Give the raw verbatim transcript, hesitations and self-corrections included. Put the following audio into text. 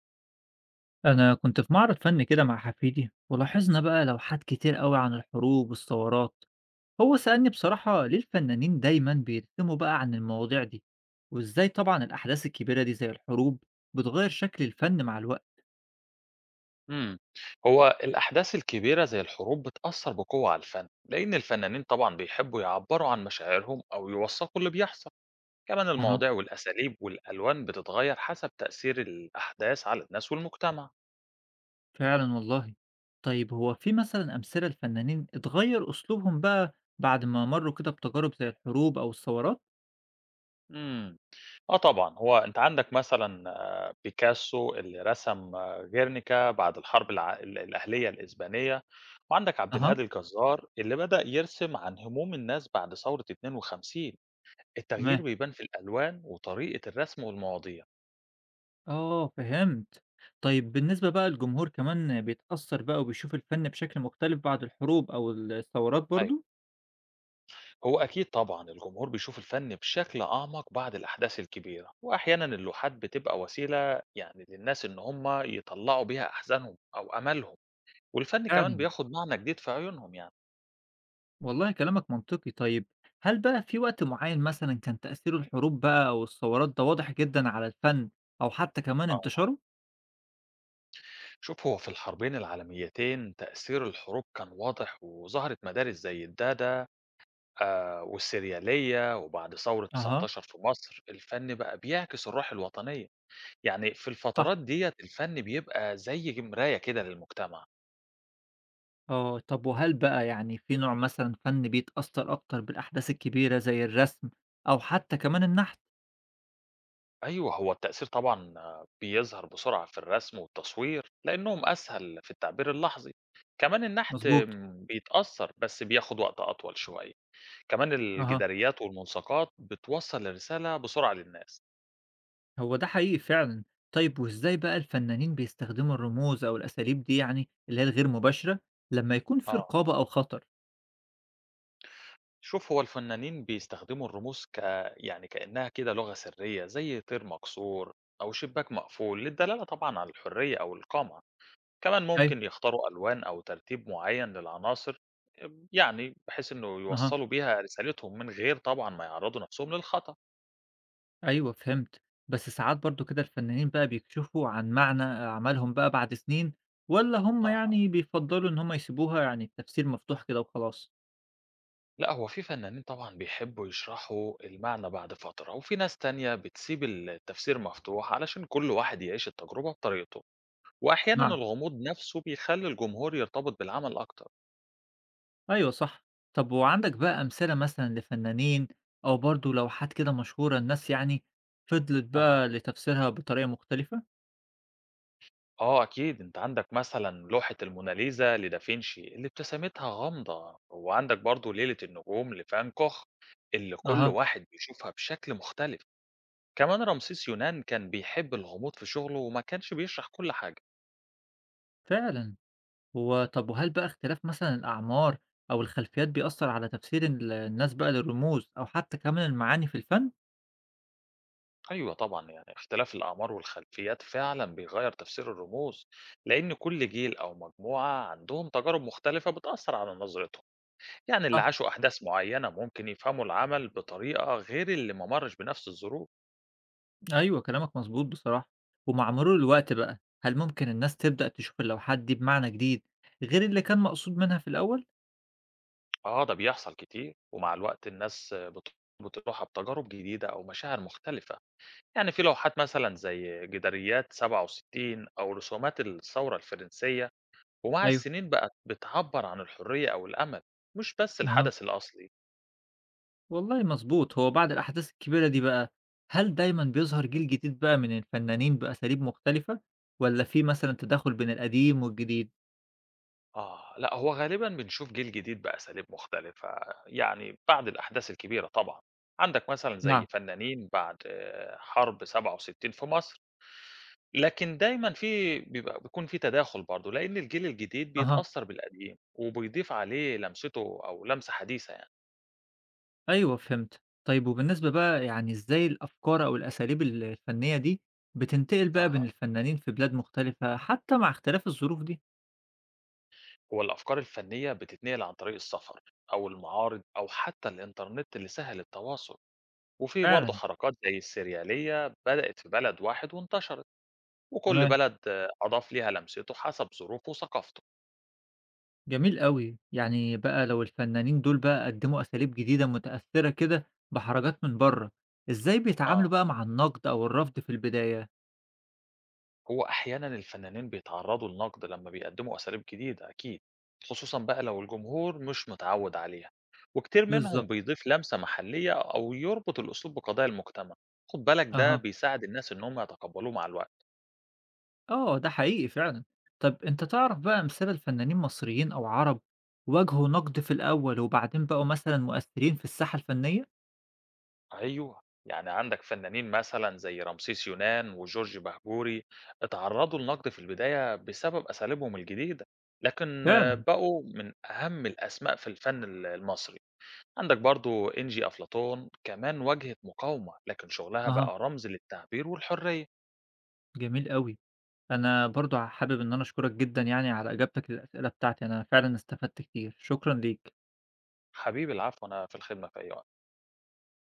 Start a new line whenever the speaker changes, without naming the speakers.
أنا كنت في معرض فن كده مع حفيدي ولاحظنا بقى لوحات كتير قوي عن الحروب والثورات. هو سألني بصراحة ليه الفنانين دايما بيرسموا بقى عن المواضيع دي وإزاي طبعا الأحداث الكبيرة دي زي الحروب بتغير شكل الفن مع الوقت.
امم هو الأحداث الكبيرة زي الحروب بتأثر بقوة على الفن لأن الفنانين طبعا بيحبوا يعبروا عن مشاعرهم أو يوثقوا اللي بيحصل. كمان
أها،
المواضيع والأساليب والألوان بتتغير حسب تأثير الأحداث على الناس والمجتمع.
فعلا والله. طيب هو في مثلا أمثلة لفنانين اتغير أسلوبهم بقى بعد ما مروا كده بتجارب زي الحروب أو الثورات؟
امم اه، طبعا هو انت عندك مثلا آه، بيكاسو اللي رسم آه، غيرنيكا بعد الحرب الع... ال- الأهلية الإسبانية. وعندك عبد
أها،
الهادي الجزار اللي بدأ يرسم عن هموم الناس بعد ثورة اتنين وخمسين. التغيير
تمام،
بيبان في الألوان وطريقة الرسم والمواضيع.
آه فهمت. طيب بالنسبة بقى للجمهور كمان بيتأثّر بقى وبيشوف الفن بشكل مختلف بعد الحروب أو الثورات
أيوة،
برضه؟
هو أكيد طبعا الجمهور بيشوف الفن بشكل أعمق بعد الأحداث الكبيرة، وأحيانا اللوحات بتبقى وسيلة يعني للناس إن هم يطلعوا بيها أحزانهم أو أملهم، والفن كمان
فعلا
بياخد معنى جديد في عيونهم يعني.
والله، كلامك منطقي. طيب هل بقى في وقت معين مثلًا كان تأثير الحروب بقى أو الثورات ده واضح جدًا على الفن أو حتى كمان
آه،
انتشاره؟
شوف، هو في الحربين العالميتين تأثير الحروب كان واضح وظهرت مدارس زي الدادا آه والسريالية، وبعد ثورة
اها،
تسعة عشر في مصر الفن بقى بيعكس الروح الوطنية. يعني في
صح.
الفترات ديّة الفن بيبقى زي مراية كده للمجتمع.
آه طب وهل بقى يعني في نوع مثلًا فن بيتأثّر أكتر بالأحداث الكبيرة زي الرسم أو حتى كمان النحت؟
أيوه، هو التأثير طبعًا آه، بيظهر بسرعة في الرسم والتصوير، لإنهم أسهل في التعبير اللحظي. كمان النحت
مظبوط.
آمم، بيتأثّر، بس بياخد وقت أطول شوية. كمان
اها،
الجداريات والملصقات بتوصّل الرسالة بسرعة للناس.
هو ده حقيقي فعلًا. طيب وإزاي بقى الفنانين بيستخدموا الرموز أو الأساليب دي يعني اللي هي الغير مباشرة لمّا يكون في
آه.
رقابة أو خطر؟
شوف، هو الفنانين بيستخدموا الرموز ك يعني كإنها كده لغة سرية زي طير مكسور أو شباك مقفول للدلالة طبعًا على الحرية أو القمع. كمان
أيوه،
ممكن يختاروا ألوان أو ترتيب معين للعناصر، آمم، يعني بحيث إنه
أها،
يوصلوا بيها رسالتهم من غير طبعا ما يعرضوا نفسهم للخطأ.
أيوه فهمت. بس ساعات برضه كده الفنانين بقى بيكشفوا عن معنى أعمالهم بقى بعد سنين والّا هم
أها،
يعني بيفضّلوا إن هم يسيبوها يعني التفسير مفتوح كده وخلاص؟
لا، هو في فنانين طبعا بيحبوا يشرحوا المعنى بعد فترة، وفي ناس تانية بتسيب التفسير مفتوح علشان كل واحد يعيش التجربة بطريقته، وأحيانا
نعم،
الغموض نفسه بيخلي الجمهور يرتبط بالعمل أكتر.
أيوه صح. طب وعندك بقى أمثلة مثلًا لفنانين أو برضه لوحات كده مشهورة الناس يعني فضلت بقى
أها،
لتفسيرها بطريقة مختلفة؟
آه، أكيد أنت عندك مثلا لوحة الموناليزا لدافنشي اللي ابتسامتها غامضة، وعندك برضو ليلة النجوم لفان كوخ اللي كل
أها،
واحد بيشوفها بشكل مختلف. كمان رمسيس يونان كان بيحب الغموض في شغله وما كانش بيشرح كل حاجة.
فعلًا. هو طب وهل بقى اختلاف مثلًا الأعمار أو الخلفيات بيأثّر على تفسير ال الناس بقى للرموز أو حتى كمان المعاني في الفن؟
أيوة، طبعا يعني اختلاف الأعمار والخلفيات فعلا بيغير تفسير الرموز، لأن كل جيل أو مجموعة عندهم تجارب مختلفة بتأثر على نظرتهم. يعني اللي
صح،
عاشوا أحداث معينة ممكن يفهموا العمل بطريقة غير اللي ما مرش بنفس الظروف.
أيوه كلامك مضبوط بصراحة. ومع مرور الوقت بقى هل ممكن الناس تبدأ تشوف اللوحات دي بمعنى جديد غير اللي كان مقصود منها في الأول؟
آه، ده بيحصل كتير، ومع الوقت الناس بت- بتروح بتجارب جديدة أو مشاعر مختلفة. يعني في لوحات مثلا زي جداريات سبعة وستين أو رسومات الثورة الفرنسية، ومع
أيوه،
السنين بقت بتعبر عن الحرية أو الأمل، مش بس
أها.
الحدث الأصلي.
والله مضبوط، هو بعد الأحداث الكبيرة دي بقى هل دايمًا بيظهر جيل جديد بقى من الفنانين بأساليب مختلفة والّا في مثلًا تداخل بين القديم والجديد؟
آه، لا، هو غالبا بنشوف جيل جديد بأساليب مختلفة، يعني بعد الأحداث الكبيرة طبعا. عندك مثلا زي
نعم،
فنانين بعد آه، حرب سبعة وستين في مصر، لكن دايمًا في بيبقى بيكون في تداخل برضه، لإن الجيل الجديد
أها،
بيتأثّر بالقديم، وبيضيف عليه لمسته أو لمسة حديثة يعني.
أيوه فهمت. طيب وبالنسبة بقى يعني إزاي الأفكار أو الأساليب ال الفنية دي بتنتقل بقى بين
أها،
الفنانين في بلاد مختلفة حتى مع اختلاف الظروف دي؟
هو الأفكار الفنية بتتنقل عن طريق السفر أو المعارض أو حتى الإنترنت اللي سهّل التواصل، وفي برضه
فعلا،
حركات زي السريالية بدأت في بلد واحد وانتشرت، وكل
تمام،
بلد آه، أضاف ليها لمسته حسب ظروفه وثقافته.
جميل أوي. يعني بقى لو الفنانين دول بقى قدموا أساليب جديدة متأثرة كده بحركات من بره، إزاي بيتعاملوا
آه،
بقى مع النقد أو الرفض في البداية؟
هو أحيانا الفنانين بيتعرضوا لنقد لما بيقدموا أساليب جديدة أكيد، خصوصا بقى لو الجمهور مش متعود عليها، وكتير منهم
بالظبط،
بيضيف لمسة محلية أو يربط الأسلوب بقضايا المجتمع. خد بالك ده
اها،
بيساعد الناس إنهم يتقبلوه مع الوقت.
آه ده حقيقي فعلا. طب أنت تعرف بقى أمثلة لفنانين مصريين أو عرب واجهوا نقد في الأول وبعدين بقوا مثلا مؤثرين في الساحة الفنية؟
أيوه، يعني عندك فنانين مثلا زي رمسيس يونان وجورج بهجوري اتعرضوا لنقد في البداية بسبب أساليبهم الجديدة، لكن آه،
فعلًا،
بقوا من أهم الأسماء في الفن المصري. عندك برضو إنجي أفلاطون كمان واجهت مقاومة، لكن شغلها
أها،
بقى رمز للتعبير والحرية.
جميل أوي. أنا برضه حابب إن أنا أشكرك جدًا يعني على إجابتك للأسئلة بتاعتي، أنا فعلًا استفدت كتير، شكرًا ليك.
حبيبي العفو، أنا في الخدمة في أي وقت.